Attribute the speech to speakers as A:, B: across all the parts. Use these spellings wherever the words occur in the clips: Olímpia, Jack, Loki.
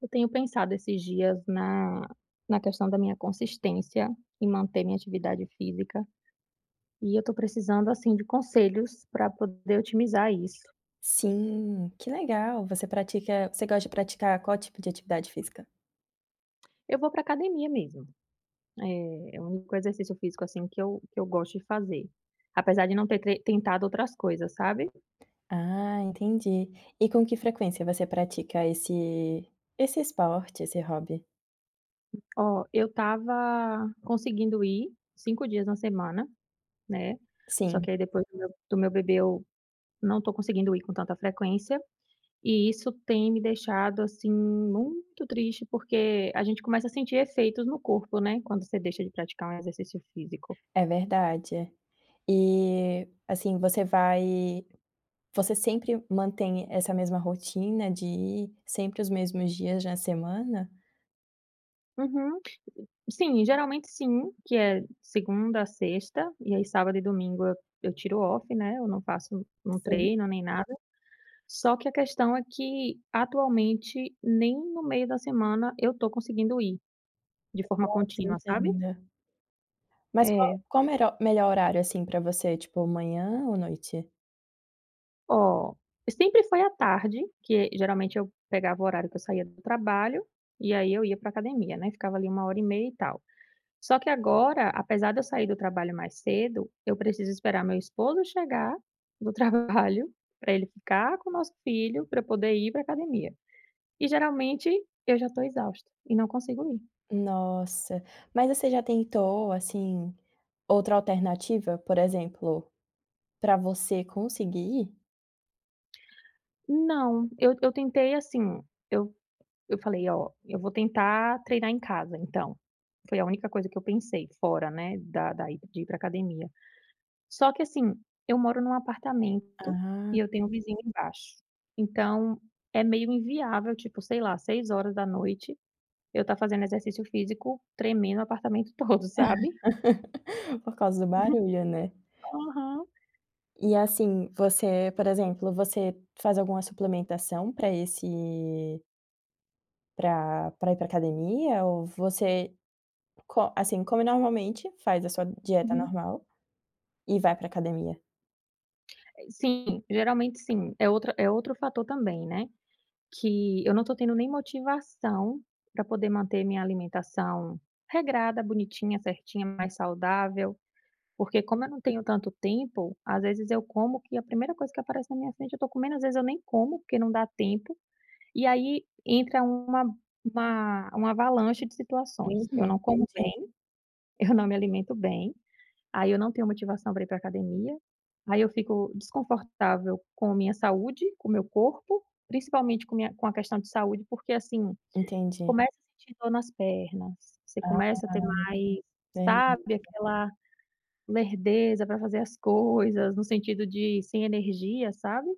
A: Eu tenho pensado esses dias na na questão da minha consistência em manter minha atividade física, e eu estou precisando, assim, de conselhos para poder otimizar isso.
B: Sim, que legal. Você gosta de praticar qual tipo de atividade física?
A: Eu vou para academia mesmo, é o único exercício físico, assim, que eu gosto de fazer, apesar de não ter tre tentado outras coisas, sabe.
B: Ah, entendi. E com que frequência você pratica esse esporte, esse hobby?
A: Ó, eu estava conseguindo ir 5 dias na semana, né, só
B: Sim,
A: que aí depois do meu bebê eu não tô conseguindo ir com tanta frequência. E isso tem me deixado, assim, muito triste, porque a gente começa a sentir efeitos no corpo, né, quando você deixa de praticar um exercício físico.
B: é verdade. E, assim, você sempre mantém essa mesma rotina de ir sempre os mesmos dias na semana?
A: Uhum. Sim, geralmente sim, que é segunda a sexta, e aí sábado e domingo eu tiro off, né, eu não faço não
B: Sim,
A: treino nem nada. Só que a questão é que atualmente nem no meio da semana eu tô conseguindo ir de forma
B: sim,
A: contínua, sabe?
B: entendo. Mas qual
A: É.
B: qual o mero melhor horário, assim, para você, tipo manhã ou noite?
A: Ó, sempre foi à tarde, que geralmente eu pegava o horário que eu saía do trabalho, e aí eu ia para academia, né, ficava ali uma hora e meia e tal. Só que agora, apesar de eu sair do trabalho mais cedo, eu preciso esperar meu esposo chegar do trabalho, para ele ficar com o nosso filho, para eu poder ir para academia. E geralmente eu já estou exausta e não consigo ir.
B: Nossa, mas você já tentou, assim, outra alternativa, por exemplo, para você conseguir.
A: Não, eu tentei assim, eu Eu falei: "Ó, eu vou tentar treinar em casa então". Foi a única coisa que eu pensei, fora, né, da ir pra academia. Só que assim, eu moro num apartamento
B: Ah,
A: e eu tenho um vizinho embaixo. Então, é meio inviável, tipo, sei lá, seis horas da noite, eu estar fazendo exercício físico tremendo o apartamento todo, sabe?
B: por causa do barulho, né.
A: Aham.
B: E assim, você, por exemplo, você faz alguma suplementação para esse para ir para academia ou você come normalmente, faz a sua dieta
A: Uhum.
B: normal e vai para academia?
A: Sim, geralmente sim. É outra É outro fator também, né? Que eu não tô tendo nem motivação para poder manter minha alimentação regrada, bonitinha, certinha, mais saudável, porque como eu não tenho tanto tempo, às vezes eu como que a primeira coisa que aparece na minha frente eu tô comendo, às vezes eu nem como, porque não dá tempo, e aí entra uma avalanche de situações.
B: Uhum,
A: Eu não como
B: entendi,
A: bem, eu não me alimento bem. Aí eu não tenho motivação para ir para academia, aí eu fico desconfortável com a minha saúde, com o meu corpo, principalmente com a questão de saúde, porque, assim,
B: entendi.
A: começa a sentir dor nas pernas, você
B: Ah,
A: começa a ter mais,
B: verdade.
A: sabe, aquela lerdeza para fazer as coisas, no sentido de sem energia, sabe?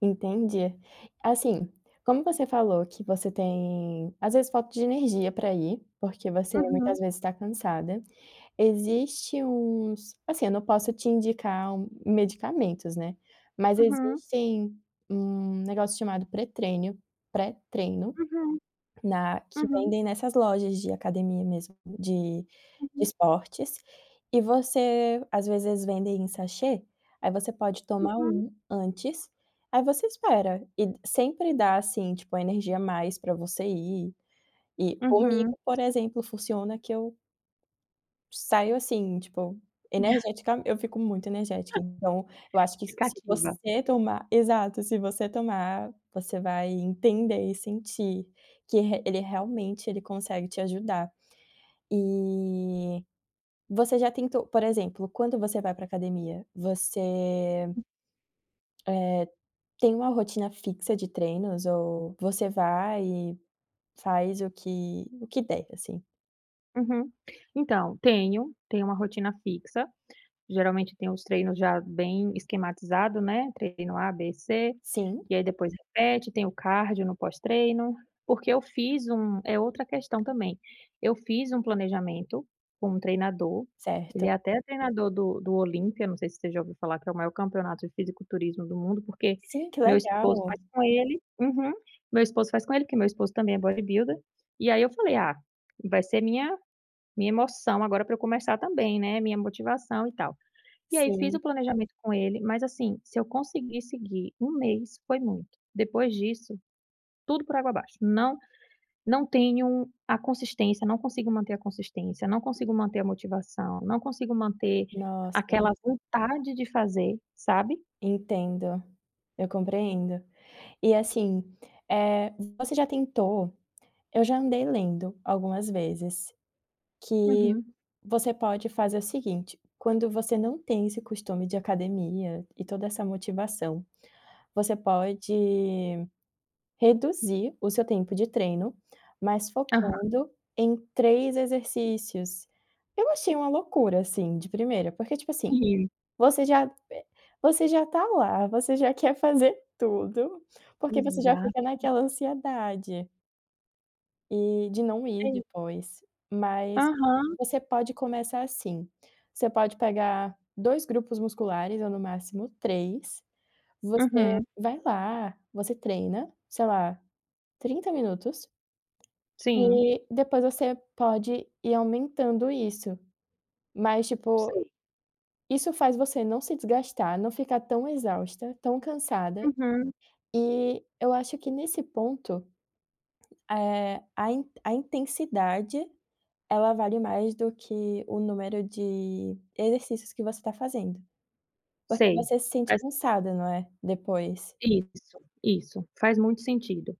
B: Entendi. Assim, como você falou que você tem, às vezes, falta de energia para ir, porque você muitas
A: Uhum,
B: vezes está cansada, existe uns assim, eu não posso te indicar um medicamentos, né, mas
A: uhum,
B: existem um negócio chamado pré-treino,
A: uhum,
B: na que
A: uhum,
B: vendem nessas lojas de academia mesmo, de
A: uhum,
B: esportes, e você às vezes vendem em sachê, aí você pode tomar
A: uhum,
B: um antes, aí você espera, e sempre dá, assim, tipo, energia a mais pra você ir, e
A: uhum.
B: comigo, por exemplo, funciona que eu saio assim, tipo, energética eu fico muito energética, então eu acho que
A: Fica.
B: se você tomar exato, se você tomar, você vai entender e sentir que re ele realmente ele consegue te ajudar. E você já tentou por exemplo, quando você vai para academia, você tem uma rotina fixa de treinos ou você vai e faz o que der, assim?
A: Uhum. Então, tenho, tenho uma rotina fixa. Geralmente tem os treinos já bem esquematizado, né, treino A, B, C,
B: Sim?
A: e aí depois repete, tem o cardio no pós-treino, porque eu fiz um é outra questão também, eu fiz um planejamento com um treinador, ele é
B: Certo.
A: até treinador do Olímpia, não sei se você já ouviu falar, que é o maior campeonato de fisiculturismo do mundo, porque
B: Sim, que
A: meu esposo
B: legal.
A: faz com ele, uhum, meu esposo faz com ele, porque meu esposo também é bodybuilder, e aí eu falei: "Ah, vai ser minha emoção agora pra eu começar também, né, minha motivação e tal". E aí fiz
B: Sim,
A: o planejamento com ele, mas assim, se eu conseguir seguir um mês, foi muito. Depois disso, tudo por água abaixo. Não não tenho a consistência, não consigo manter a consistência, não consigo manter a motivação, não consigo manter
B: nossa.
A: aquela vontade de fazer, sabe?
B: Entendo, eu compreendo. E assim, eh, você já tentou eu já andei lendo algumas vezes. Uhum. Que
A: Uhum.
B: você pode fazer o seguinte: quando você não tem esse costume de academia e toda essa motivação, você pode reduzir o seu tempo de treino, mas
A: Aham.
B: focando em 3 exercícios. Eu achei uma loucura, assim, de primeira, porque tipo assim,
A: Sim,
B: você já você já tá lá, você já quer fazer tudo, porque você já fica
A: exato.
B: naquela ansiedade, e de não ir
A: É i
B: depois. Mas
A: Aham,
B: você pode começar assim, você pode pegar 2 grupos musculares ou no máximo 3. Você
A: uhum.
B: vai lá, você treina, sei lá, 30 minutos,
A: Sim,
B: e depois você pode ir aumentando isso. Mas, tipo,
A: sei.
B: isso faz você não se desgastar, não ficar tão exausta, tão cansada.
A: Uhum,
B: E eu acho que nesse ponto, a intensidade, ela vale mais do que o número de exercícios que você está fazendo, porque
A: sei.
B: você se sente
A: Faz
B: cansada, não é, depois.
A: isso, isso, faz muito sentido.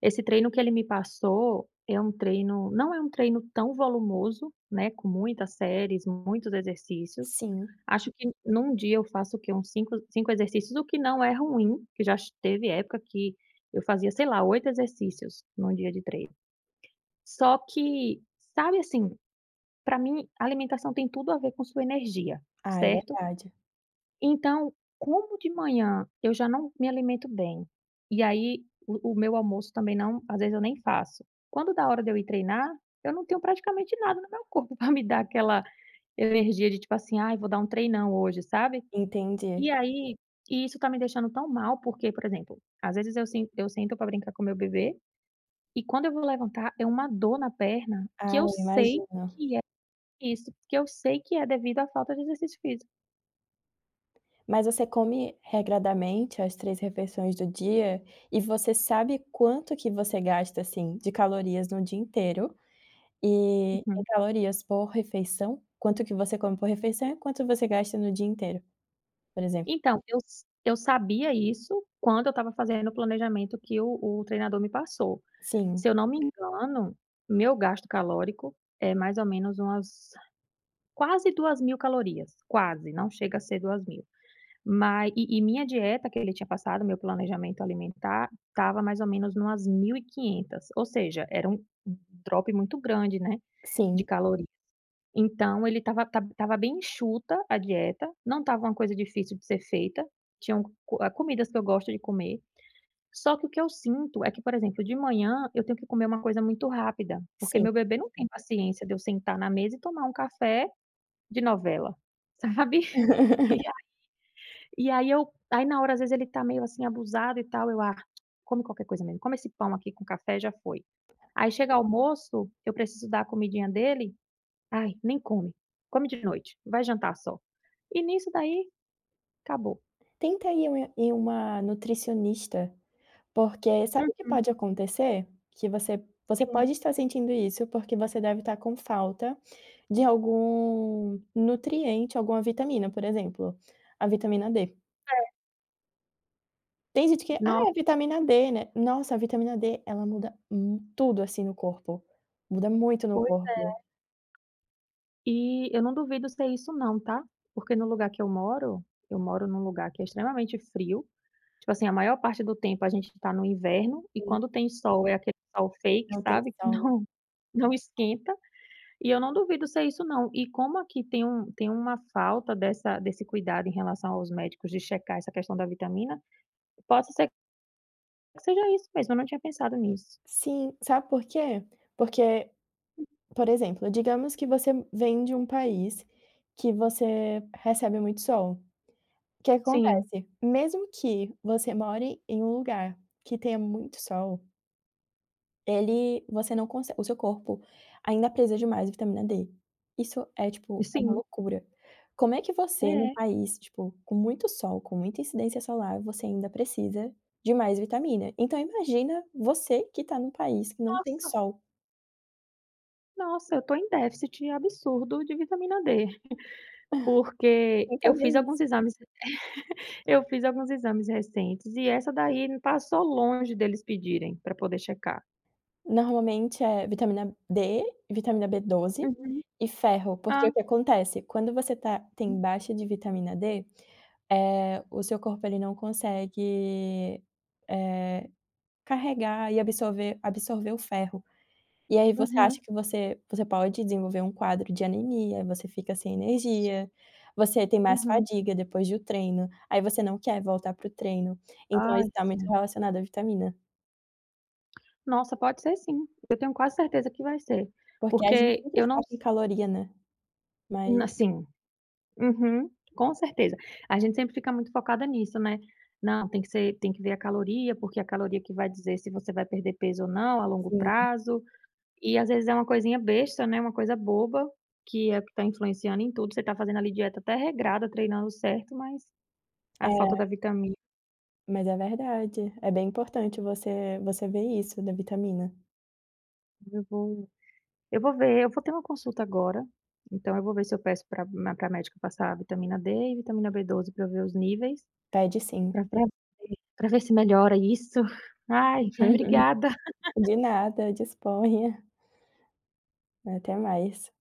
A: Esse treino que ele me passou é um treino não é um treino tão volumoso, né, com muitas séries, muitos exercícios.
B: Sim.
A: Acho que num dia eu faço o quê? Uns cinco exercícios, o que não é ruim, que já teve época que eu fazia, sei lá, 8 exercícios num dia de treino. Só que, sabe, assim, para mim alimentação tem tudo a ver com sua energia,
B: Ah, é
A: certo?
B: verdade.
A: Então, como de manhã eu já não me alimento bem, e aí o meu almoço também não, às vezes eu nem faço. Quando dá hora de eu ir treinar, eu não tenho praticamente nada no meu corpo para me dar aquela energia de tipo assim: "Ai, vou dar um treinão hoje", sabe. E
B: Entendi.
A: aí e isso tá me deixando tão mal, porque, por exemplo, às vezes eu sento para brincar com meu bebê, e quando eu vou levantar é uma dor na perna, que
B: Ah,
A: eu
B: eu
A: sei
B: imagino.
A: que é isso, que eu sei que é devido à falta de exercício físico.
B: Mas você come regradamente as 3 refeições do dia e você sabe quanto que você gasta, assim, de calorias no dia inteiro? E em calorias por refeição, quanto que você come por refeição e quanto você gasta no dia inteiro, por exemplo.
A: Então, eu sabia isso quando eu estava fazendo o planejamento que o treinador me passou. Se eu
B: Sim,
A: não me engano, meu gasto calórico é mais ou menos umas quase 2.000 calorias, quase, não chega a ser 2.000. Mas e minha dieta que ele tinha passado, meu planejamento alimentar, estava mais ou menos umas 1.500, ou seja, era um drop muito grande, né, de
B: sim,
A: calorias. Então ele estava bem enxuta a dieta, não estava uma coisa difícil de ser feita, tinham co ah, comidas que eu gosto de comer, só que o que eu sinto é que, por exemplo, de manhã eu tenho que comer uma coisa muito rápida, porque
B: sim.
A: meu bebê não tem paciência de eu sentar na mesa e tomar um café de novela, sabe. E a e aí eu, aí na hora às vezes ele está meio assim abusado e tal, eu: "Ah, come qualquer coisa mesmo, come esse pão aqui com café, já foi". Aí chega almoço, eu preciso dar a comidinha dele. Ai, nem come. Come de noite, vai jantar só. E nisso daí, acabou.
B: Tenta ir em uma nutricionista, porque
A: Hum,
B: sabe o que pode acontecer? Que você
A: sim.
B: pode estar sentindo isso, porque você deve estar com falta de algum nutriente, alguma vitamina, por exemplo, a vitamina D. Tem gente que: "Ah,
A: Nossa,
B: é vitamina D, né". Nossa, a vitamina D, ela muda mu tudo, assim, no corpo. Muda muito no
A: foi
B: corpo.
A: e eu não duvido ser isso não, tá. Porque no lugar que eu moro num lugar que é extremamente frio, tipo assim, a maior parte do tempo a gente tá no inverno e quando tem sol é aquele sol fake,
B: Não tem
A: sabe, que
B: sal, né.
A: não não esquenta, e eu não duvido ser isso não. E como aqui tem uma falta dessa desse cuidado em relação aos médicos de checar essa questão da vitamina, possa ser que seja isso mesmo, eu não tinha pensado nisso.
B: Sim, sabe por quê? Porque, por exemplo, digamos que você vem de um país que você recebe muito sol. O que
A: Sim,
B: acontece? Mesmo que você more em um lugar que tenha muito sol, ele você não consegue o seu corpo ainda precisa de mais vitamina D. Isso é, tipo, é uma
A: sim.
B: loucura. Como é que você num
A: É.
B: país, tipo, com muito sol, com muita incidência solar, você ainda precisa de mais vitamina? Então imagina você que tá num país que não tem
A: Nossa,
B: sol,
A: nossa, eu tô em déficit absurdo de vitamina D, porque
B: tenta ver isso.
A: eu fiz alguns exames recentes e essa daí passou longe deles pedirem para poder checar.
B: Normalmente é vitamina D, vitamina B12
A: Uhum.
B: e ferro, porque o
A: Ah.
B: que acontece, quando você tem
A: Hum.
B: baixa de vitamina D, o seu corpo ele não consegue, eh carregar e absorver o ferro. E aí você
A: Uhum.
B: acha que você pode desenvolver um quadro de anemia, você fica sem energia, você tem mais
A: Uhum.
B: fadiga depois do treino, aí você não quer voltar para o treino. Então isso
A: Ai,
B: está muito
A: sim.
B: relacionado à vitamina,
A: Nossa, pode ser sim. Eu tenho quase certeza que vai ser,
B: porque a gente
A: porque
B: sempre
A: eu não
B: foca em
A: s
B: caloria, né, mas
A: assim Uhum, com certeza. A gente sempre fica muito focada nisso, né. Não, tem que ver a caloria, porque é a caloria que vai dizer se você vai perder peso ou não a longo
B: sim,
A: prazo, e às vezes é uma coisinha besta, né, uma coisa boba, que é o que está influenciando em tudo, você está fazendo ali dieta até regrada, treinando certo, mas a falta
B: é,
A: da vitamina.
B: mas é verdade, é bem importante você ver isso da vitamina.
A: eu vou eu vou ver, eu vou ter uma consulta agora, então eu vou ver se eu peço para a médica passar a vitamina D e vitamina B12 para eu ver os níveis,
B: Pede sim.
A: para ver se melhora isso. Ai, mas obrigada.
B: De nada, disponha. Até mais.